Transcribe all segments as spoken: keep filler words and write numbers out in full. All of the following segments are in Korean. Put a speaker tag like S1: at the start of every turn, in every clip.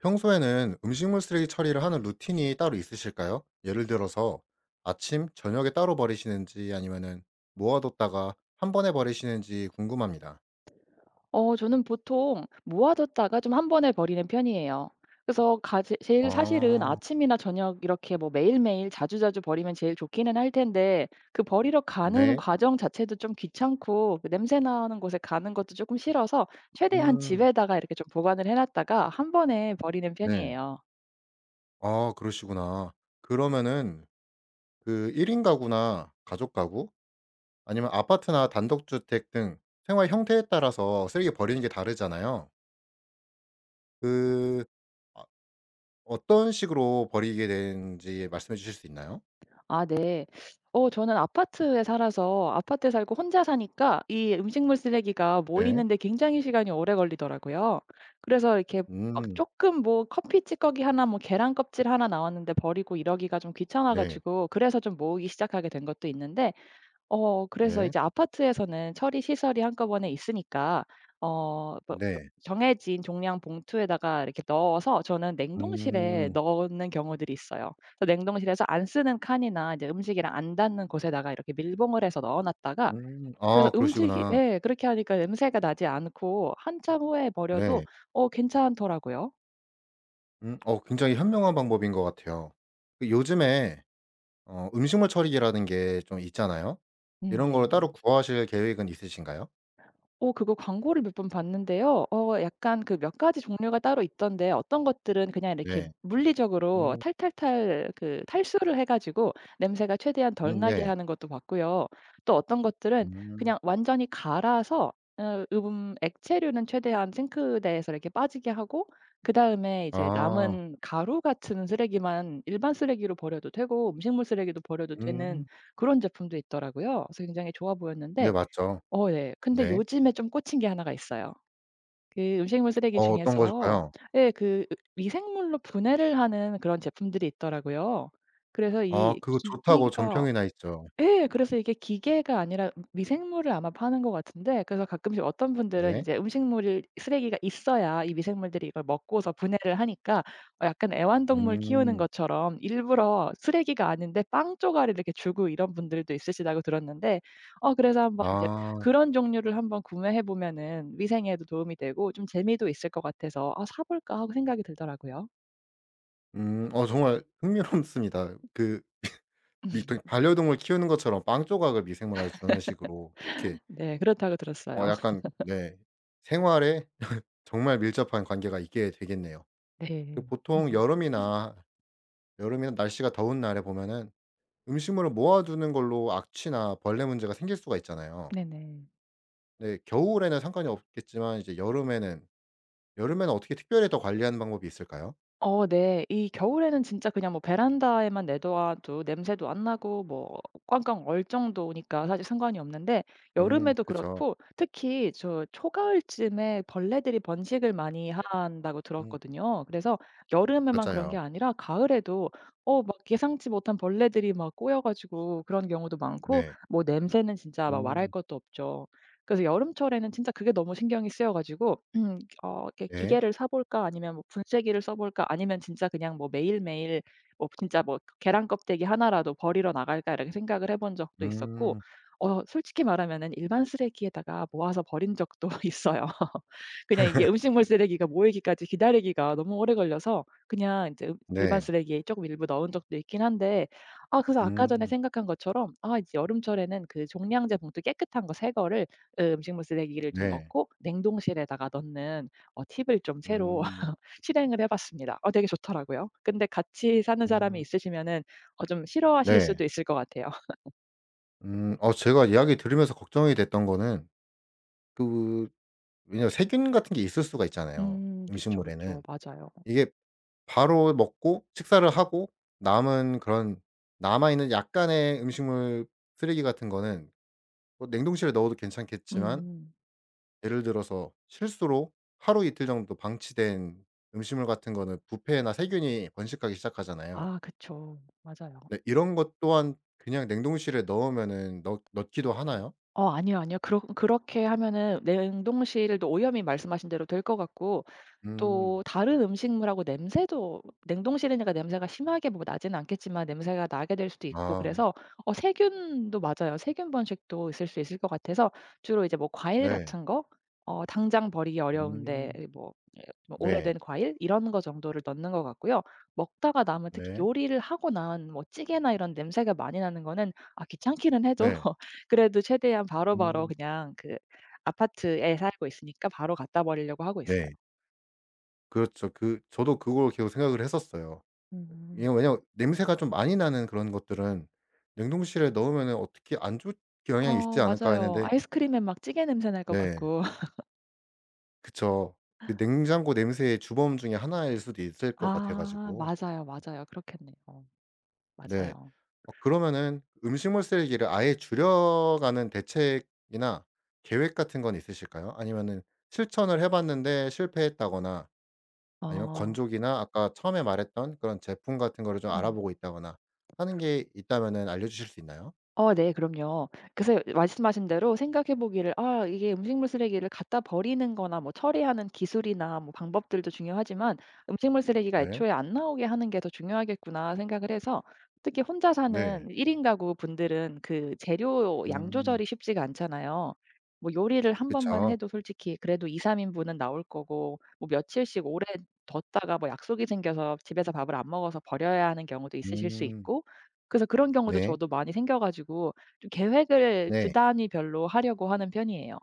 S1: 평소에는 음식물 쓰레기 처리를 하는 루틴이 따로 있으실까요? 예를 들어서 아침, 저녁에 따로 버리시는지 아니면은 모아뒀다가 한 번에 버리시는지 궁금합니다.
S2: 어 저는 보통 모아뒀다가 좀 한 번에 버리는 편이에요. 그래서 가제 제일 사실은
S1: 아
S2: 아침이나 저녁 이렇게 뭐 매일매일 자주자주 버리면 제일 좋기는 할 텐데 그 버리러 가는
S1: 네.
S2: 과정 자체도 좀 귀찮고 그 냄새 나는 곳에 가는 것도 조금 싫어서 최대한
S1: 음
S2: 집에다가 이렇게 좀 보관을 해 놨다가 한 번에 버리는
S1: 네.
S2: 편이에요.
S1: 아 그러시구나. 그러면은 그 일 인 가구나 가족 가구 아니면 아파트나 단독주택 등 생활 형태에 따라서 쓰레기 버리는 게 다르잖아요. 그 아 어떤 식으로 버리게 되는지 말씀해 주실 수 있나요?
S2: 아, 네. 어 저는 아파트에 살아서 아파트에 살고 혼자 사니까 이 음식물 쓰레기가
S1: 네.
S2: 모이는데 굉장히 시간이 오래 걸리더라고요. 그래서 이렇게 막
S1: 음.
S2: 쪼끔 뭐 커피 찌꺼기 하나 뭐 계란 껍질 하나 나왔는데 버리고 이러기가 좀 귀찮아
S1: 네.
S2: 가지고, 그래서 좀 모으기 시작하게 된 것도 있는데 어 그래서
S1: 네.
S2: 이제 아파트에서는 처리 시설이 한꺼번에 있으니까 어 뭐 표
S1: 네.
S2: 정해진 종량 봉투에다가 이렇게 넣어서 저는 냉동실에
S1: 음.
S2: 넣는 경우들이 있어요. 그래서 냉동실에서 안 쓰는 칸이나 이제 음식이랑 안 닿는 곳에다가 이렇게 밀봉을 해서 넣어 놨다가,
S1: 음.
S2: 그래서
S1: 아
S2: 음식이
S1: 그러시구나.
S2: 예 그렇게 하니까 냄새가 나지 않고 한참 후에 버려도
S1: 네.
S2: 어 괜찮더라고요.
S1: 음 어 굉장히 현명한 방법인 것 같아요. 그 요즘에 어 음식물 처리기라는 게 좀 있잖아요.
S2: 음,
S1: 이런 걸
S2: 네.
S1: 따로
S2: 네.
S1: 구하실 계획은 있으신가요?
S2: 어 그거 광고를 몇 번 봤는데요. 어 약간 그 몇 가지 종류가 따로 있던데 어떤 것들은 그냥 이렇게
S1: 네.
S2: 물리적으로
S1: 음.
S2: 탈탈탈 그 탈수를 해 가지고 냄새가 최대한 덜
S1: 음
S2: 나게
S1: 네.
S2: 하는 것도 봤고요. 또 어떤 것들은
S1: 음.
S2: 그냥 완전히 갈아서 어음 액체류는 최대한 싱크대에서 이렇게 빠지게 하고, 그다음에 이제
S1: 아.
S2: 남은 가루 같은 쓰레기만 일반 쓰레기로 버려도 되고 음식물 쓰레기도 버려도 되는
S1: 음.
S2: 그런 제품도 있더라고요. 그래서 굉장히 좋아
S1: 네
S2: 보였는데
S1: 맞죠.
S2: 어 네. 근데
S1: 네.
S2: 요즘에 좀 꽂힌 게 하나가 있어요. 그 음식물 쓰레기
S1: 어 어떤
S2: 중에서
S1: 것일까요?
S2: 예, 그 으 미생물로 분해를 하는 그런 제품들이 있더라고요. 그래서
S1: 아
S2: 이
S1: 그거 좋다고
S2: 기기가,
S1: 정평이 나 있죠.
S2: 예. 그래서 이게 기계가 아니라 미생물을 아마 파는 것 같은데, 그래서 가끔씩 어떤 분들은
S1: 네.
S2: 이제 음식물이 쓰레기가 있어야 이 미생물들이 이걸 먹고서 분해를 하니까 어 약간 애완동물 키우는
S1: 음.
S2: 것처럼 일부러 쓰레기가 아닌데 빵 쪼가리를 이렇게 주고 이런 분들도 있으시다고 들었는데 어 그래서 한번 제
S1: 아.
S2: 그런 종류를 한번 구매해 보면은 위생에도 도움이 되고 좀 재미도 있을 것 같아서 '아 사 볼까.' 하고 생각이 들더라고요.
S1: 음. 어 정말 흥미롭습니다. 그 미통 반려동물 키우는 것처럼 빵 조각을 미생물한테 주는 식으로 이렇게
S2: 네. 그렇다고
S1: 어
S2: 들었어요.
S1: 약간 네 생활에 정말 밀접한 관계가 있게 되겠네요. 그
S2: 네.
S1: 보통 여름이나 여름이나 날씨가 더운 날에 보면은 음식물을 모아두는 걸로 악취나 벌레 문제가 생길 수가 있잖아요.
S2: 네네.
S1: 네 겨울에는 상관이 없겠지만 이제 여름에는 여름에는 어떻게 특별히 더 관리하는 방법이 있을까요?
S2: 어 네. 이 겨울에는 진짜 그냥 뭐 베란다에만 내둬도 냄새도 안 나고, 뭐 꽝꽝 얼 정도니까 사실 상관이 없는데
S1: 음
S2: 여름에도
S1: 그죠.
S2: 그렇고 특히 저 초가을쯤에 벌레들이 번식을 많이 한다고
S1: 음
S2: 들었거든요. 그래서 여름에만 그런 게
S1: 맞아요.
S2: 아니라 가을에도 어 막 예상치 못한 벌레들이 막 꼬여 가지고 그런 경우도 많고,
S1: 네.
S2: 뭐 냄새는 진짜 막 말할
S1: 음
S2: 것도 없죠. 그래서 여름철에는 진짜 그게 너무 신경이 쓰여 가지고, 음 어 이렇게
S1: 네.
S2: '기계를 사 볼까? 아니면 뭐 분쇄기를 써 볼까? 아니면 진짜 그냥 뭐 매일매일 뭐 진짜 뭐 계란 껍데기 하나라도 버리러 나갈까?' 이렇게 생각을 해본 적도 있었고
S1: 음
S2: 어 솔직히 말하면은 일반 쓰레기에다가 모아서 버린 적도 있어요. 그냥 이게 음식물 쓰레기가 모이기까지 기다리기가 너무 오래 걸려서 그냥 이제 음 일반
S1: 네.
S2: 쓰레기에 조금 일부 넣은 적도 있긴 한데 아 그래서 아까 전에
S1: 음
S2: 생각한 것처럼, 아 이제 여름철에는 그 종량제 봉투 깨끗한 거 새 거를 으 음식물 쓰레기를 좀
S1: 네.
S2: 넣고 냉동실에다가 넣는 어 팁을 좀 새로
S1: 음.
S2: 실행을 해 봤습니다. 어 되게 좋더라고요. 근데 같이 사는 사람이
S1: 음
S2: 있으시면은 어 좀 싫어하실
S1: 네.
S2: 수도 있을 것 같아요.
S1: 음 어 제가 이야기 들으면서 걱정이 됐던 거는 그 왜냐면 세균 같은 게 있을 수가 있잖아요,
S2: 음 그쵸, 그쵸.
S1: 음식물에는.
S2: 맞아요.
S1: 이게 바로 먹고 식사를 하고 남은 그런 남아 있는 약간의 음식물 쓰레기 같은 거는 뭐 냉동실에 넣어도 괜찮겠지만
S2: 음.
S1: 예를 들어서 실수로 하루 이틀 정도 방치된 음식물 같은 거는 부패나 세균이 번식하기 시작하잖아요.
S2: 아 그쵸. 맞아요.
S1: 네 이런 것 또한 그냥 냉동실에 넣으면은 넣 넣기도 하나요?
S2: 어 아니요, 아니요. 그렇 그렇게 하면은 냉동실도 오염이 말씀하신 대로 될 것 같고,
S1: 음.
S2: 또 다른 음식물하고 냄새도 냉동실이니까 냄새가 심하게 뭐 나지는 않겠지만 냄새가 나게 될 수도 있고,
S1: 아
S2: 그래서 어 세균도 맞아요. 세균 번식도 있을 수 있을 것 같아서 주로 이제 뭐 과일
S1: 네.
S2: 같은 거 어 당장 버리기 어려운데
S1: 음
S2: 뭐 예 뭐
S1: 네.
S2: 오래된 과일 이런 거 정도를 넣는 것 같고요. 먹다가 남은, 특히
S1: 네.
S2: 요리를 하고 난 뭐 찌개나 이런 냄새가 많이 나는 거는, 아 귀찮기는 해도
S1: 네.
S2: 그래도 최대한 바로바로
S1: 음
S2: 그냥 그 아파트에 살고 있으니까 바로 갖다 버리려고 하고 있어요.
S1: 네. 그렇죠. 그 저도 그걸 계속 생각을 했었어요. 이게
S2: 음.
S1: 왜냐면 냄새가 좀 많이 나는 그런 것들은 냉동실에 넣으면 어떻게 '안 좋게 영향이
S2: 어
S1: 있지 않을까.'
S2: 맞아요.
S1: 했는데
S2: 아이스크림에 막 찌개 냄새 날 것
S1: 네.
S2: 같고.
S1: 그쵸. 그 냉장고 냄새의 주범 중에 하나일 수도 있을 것 같아
S2: 아
S1: 가지고.
S2: 맞아요, 맞아요. 그렇겠네요.
S1: 네.
S2: 맞아요.
S1: 어 그러면은 음식물 쓰레기를 아예 줄여가는 대책이나 계획 같은 건 있으실까요? 아니면은 실천을 해 봤는데 실패했다거나 아니면
S2: 어.
S1: 건조기나 아까 처음에 말했던 그런 제품 같은 거를 좀
S2: 음.
S1: 알아보고 있다거나 하는 게 있다면은 알려 주실 수 있나요?
S2: 어 네 그럼요. 그래서 말씀하신 대로 생각해 보기를 '아 이게 음식물 쓰레기를 갖다 버리는 거나 뭐 처리하는 기술이나 뭐 방법들도 중요하지만 음식물 쓰레기가
S1: 네.
S2: 애초에 안 나오게 하는 게 더 중요하겠구나.' 생각을 해서 특히 혼자 사는
S1: 네.
S2: 일 인 가구 분들은 그 재료 양
S1: 음.
S2: 조절이 쉽지가 않잖아요. 뭐 요리를 한 번만
S1: 그쵸.
S2: 해도 솔직히 그래도 이삼 인분은 나올 거고, 뭐 며칠씩 오래 뒀다가 뭐 약속이 생겨서 집에서 밥을 안 먹어서 버려야 하는 경우도 있으실 수
S1: 음.
S2: 있고, 그래서 그런 경우도
S1: 네.
S2: 저도 많이 생겨 가지고 좀 계획을 주
S1: 네.
S2: 단위별로 하려고 하는 편이에요.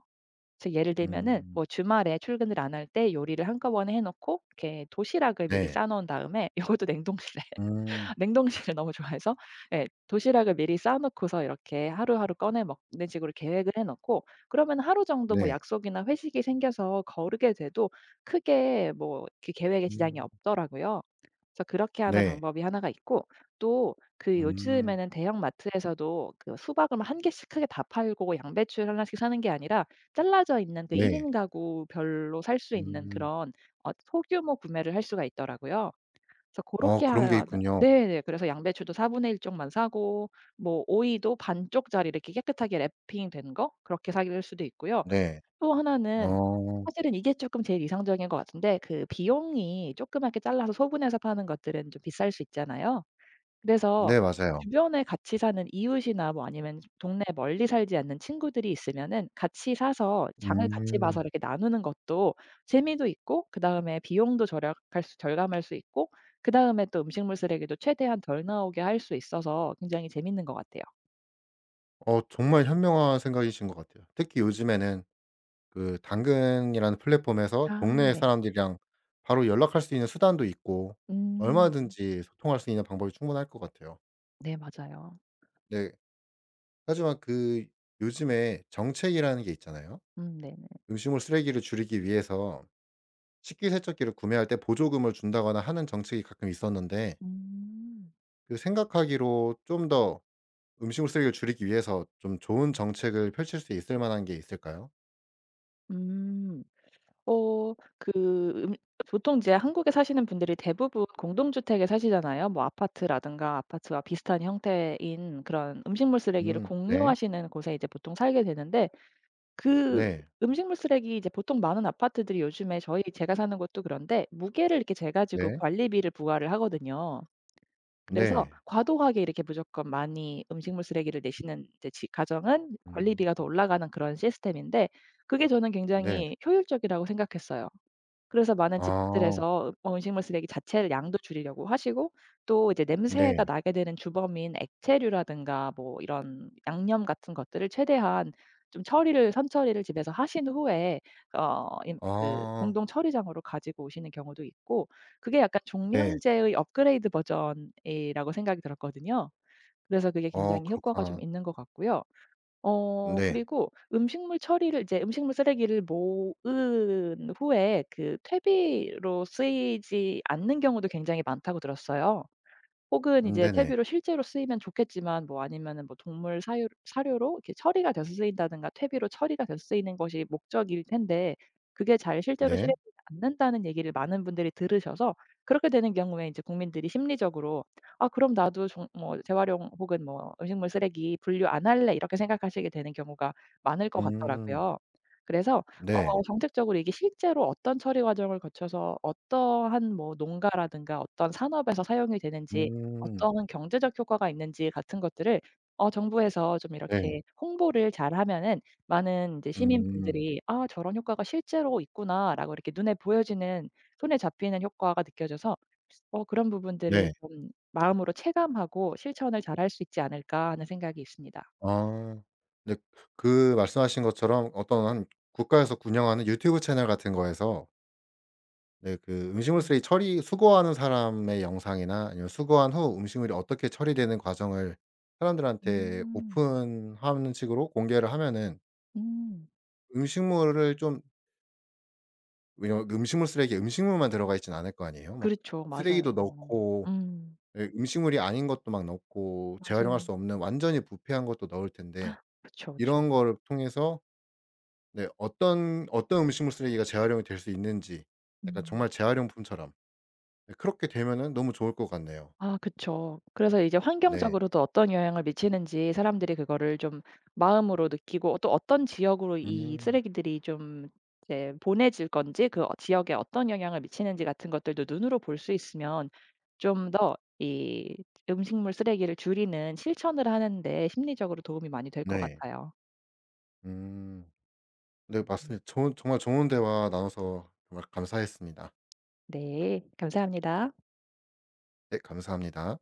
S2: 그래서 예를 들면은
S1: 음.
S2: 뭐 주말에 출근을 안 할 때 요리를 한꺼번에 해 놓고 이렇게 도시락을 미리
S1: 네.
S2: 싸 놓은 다음에 이것도 냉동실 에
S1: 음.
S2: 냉동실을 너무 좋아해서 예 도시락을 미리 싸 놓고서 이렇게 하루하루 꺼내 먹는 식으로 계획을 해 놓고, 그러면 하루 정도 뭐
S1: 네.
S2: 약속이나 회식이 생겨서 거르게 돼도 크게 뭐 그 계획에 지장이
S1: 음.
S2: 없더라고요. 그래서 그렇게 하는
S1: 네.
S2: 방법이 하나가 있고, 또 그
S1: 음.
S2: 요즘에는 대형 마트에서도 그 수박을 한 개씩 크게 다 팔고 양배추를 나씩 사는 게 아니라 잘라져 있는 그 일
S1: 네.
S2: 인 가구별로 살 수 있는
S1: 음.
S2: 그런 어 소규모 구매를 할 수가 있더라고요. 그래서
S1: 어
S2: 고렇게
S1: 그런 게
S2: 하는
S1: 있군요.
S2: 네네. 그래서 양배추도 사분의 일 쪽만 사고, 뭐 오이도 반 쪽짜리 이렇게 깨끗하게 랩핑된 거 그렇게 살 수도 있고요.
S1: 네.
S2: 또 하나는
S1: 어.
S2: 사실은 이게 쪼끔 제일 이상적인 것 같은데, 그 비용이 조그맣게 잘라서 소분해서 파는 것들은 좀 비쌀 수 있잖아요. 그래서
S1: 네 맞아요.
S2: 주변에 같이 사는 이웃이나 뭐 아니면 동네 멀리 살지 않는 친구들이 있으면은 같이 사서 장을 같이 봐서
S1: 음.
S2: 이렇게 나누는 것도 재미도 있고, 그다음에 비용도 절약할 수 절감할 수 있고, 그다음에 또 음식물 쓰레기도 최대한 덜 나오게 할 수 있어서 굉장히 재밌는 것 같아요.
S1: 어 정말 현명한 생각이신 것 같아요. 특히 요즘에는 그 당근이라는 플랫폼에서
S2: 아
S1: 동네
S2: 네.
S1: 사람들이랑 바로 연락할 수 있는 수단도 있고
S2: 음.
S1: 얼마든지 소통할 수 있는 방법이 충분할 것 같아요.
S2: 네 맞아요.
S1: 네. 하지만 그 요즘에 정책이라는 게 있잖아요.
S2: 음 네네.
S1: 음식물 쓰레기를 줄이기 위해서 식기세척기를 구매할 때 보조금을 준다거나 하는 정책이 가끔 있었는데
S2: 음.
S1: 그 생각하기로 좀 더 음식물 쓰레기를 줄이기 위해서 좀 좋은 정책을 펼칠 수 있을 만한 게 있을까요?
S2: 음. 어 그 음 보통 이제 한국에 사시는 분들이 대부분 공동주택에 사시잖아요. 뭐 아파트라든가 아파트와 비슷한 형태인 그런 음식물 쓰레기를
S1: 음. 네.
S2: 공유하시는 곳에 이제 보통 살게 되는데 그
S1: 네.
S2: 음식물 쓰레기 이제 보통 많은 아파트들이 요즘에 저희 제가 사는 곳도 그런데 무게를 이렇게 재 가지고
S1: 네.
S2: 관리비를 부과를 하거든요. 그래서
S1: 네.
S2: 과도하게 이렇게 무조건 많이 음식물 쓰레기를 내시는 이제 지 가정은
S1: 음.
S2: 관리비가 더 올라가는 그런 시스템인데 그게 저는
S1: 네.
S2: 굉장히 효율적이라고 생각했어요. 그래서 많은
S1: 아.
S2: 집들에서 어 음식물 쓰레기 자체를 양도 줄이려고 하시고, 또 이제
S1: 네.
S2: 냄새가 나게 되는 주범인 액체류라든가 뭐 이런 양념 같은 것들을 최대한 좀 처리를 선처리를 집에서 하신 후에 어 임 그
S1: 아
S2: 공동 처리장으로 가지고 오시는 경우도 있고, 그게 약간
S1: 네.
S2: 종량제의 업그레이드 버전이라고 생각이 들었거든요. 그래서 그게
S1: 어
S2: 굉장히 효과가 좀
S1: 그렇구나.
S2: 있는 것 같고요. 어
S1: 네.
S2: 그리고 음식물 처리를 이제 음식물 쓰레기를 모은 후에 그 퇴비로 쓰이지 않는 경우도 굉장히 많다고 들었어요. 혹은
S1: 음
S2: 이제
S1: 네네.
S2: 텔비로 실제로 쓰이면 좋겠지만 뭐 아니면은 뭐 동물 사유 사료로 이렇게 처리가 돼서 쓰인다든가 퇴비로 처리가 돼서 쓰이는 것이 목적일 텐데 그게 잘 실제로
S1: 네.
S2: 실행되지 않는다는 얘기를 많은 분들이 들으셔서 그렇게 되는 경우에 이제 국민들이 심리적으로 '아 그럼 나도 종 뭐 재활용 혹은 뭐 음식물 쓰레기 분류 안 할래.' 이렇게 생각하시게 되는 경우가 많을 것
S1: 음
S2: 같더라고요. 그래서
S1: 네.
S2: 어 정책적으로 이게 실제로 어떤 처리 과정을 거쳐서 어떠한 뭐 농가라든가 어떤 산업에서 사용이 되는지
S1: 음
S2: 어떠한 경제적 효과가 있는지 같은 것들을 어 정부에서 좀
S1: 네.
S2: 이렇게 홍보를 잘하면은 많은 이제
S1: 음
S2: 시민분들이 '아 저런 효과가 실제로 있구나.'라고 이렇게 눈에 보여지는 손에 잡히는 효과가 느껴져서 어 그런 부분들을
S1: 네.
S2: 좀 마음으로 체감하고 실천을 잘할 수 있지 않을까 하는 생각이 있습니다.
S1: 아. 네. 그 말씀하신 것처럼 어떤 한 국가에서 운영하는 유튜브 채널 같은 거에서 네 그 음식물
S2: 음.
S1: 쓰레기 처리 수거하는 사람의 영상이나 아니면 수거한 후 음식물이 어떻게 처리되는 과정을 사람들한테
S2: 음.
S1: 오픈하는 식으로 공개를 하면은
S2: 음.
S1: 음식물을 좀 왜냐면 그 음식물 쓰레기에 음식물만 들어가 있진 않을 거 아니에요. 막
S2: 그렇죠.
S1: 쓰레기도
S2: 맞아요. 어.
S1: 넣고
S2: 음.
S1: 예 음식물이 아닌 것도 막 넣고 재활용할
S2: 맞아요.
S1: 수 없는 완전히 부패한 것도 넣을 텐데
S2: 그렇죠그
S1: 이런
S2: 렇
S1: 거를 통해서 네 어떤 어떤 음식물 쓰레기가 재활용이 될 수 있는지 약간 정말
S2: 죠
S1: 재활용품처럼 네 그렇게 되면은 너무 좋을 것 같네요.
S2: 아 그쵸. 그래서 이제
S1: 네.
S2: 환경적으로도 어떤 영향을 미치는지 사람들이 그거를 좀 마음으로 느끼고 또 어떤 지역으로 이
S1: 음.
S2: 쓰레기들이 좀 이제 보내질 건지, 그 어 지역에 어떤 영향을 미치는지 같은 것들도 눈으로 볼 수 있으면 좀 더 이 음식물 쓰레기를 줄이는 실천을 하는 데 심리적으로 도움이 많이 될 것
S1: 네.
S2: 같아요.
S1: 음. 네
S2: 음.
S1: 맞습니다. 좋은 정말 좋은 대화 나눠서 정말 감사했습니다.
S2: 네. 감사합니다.
S1: 네 감사합니다.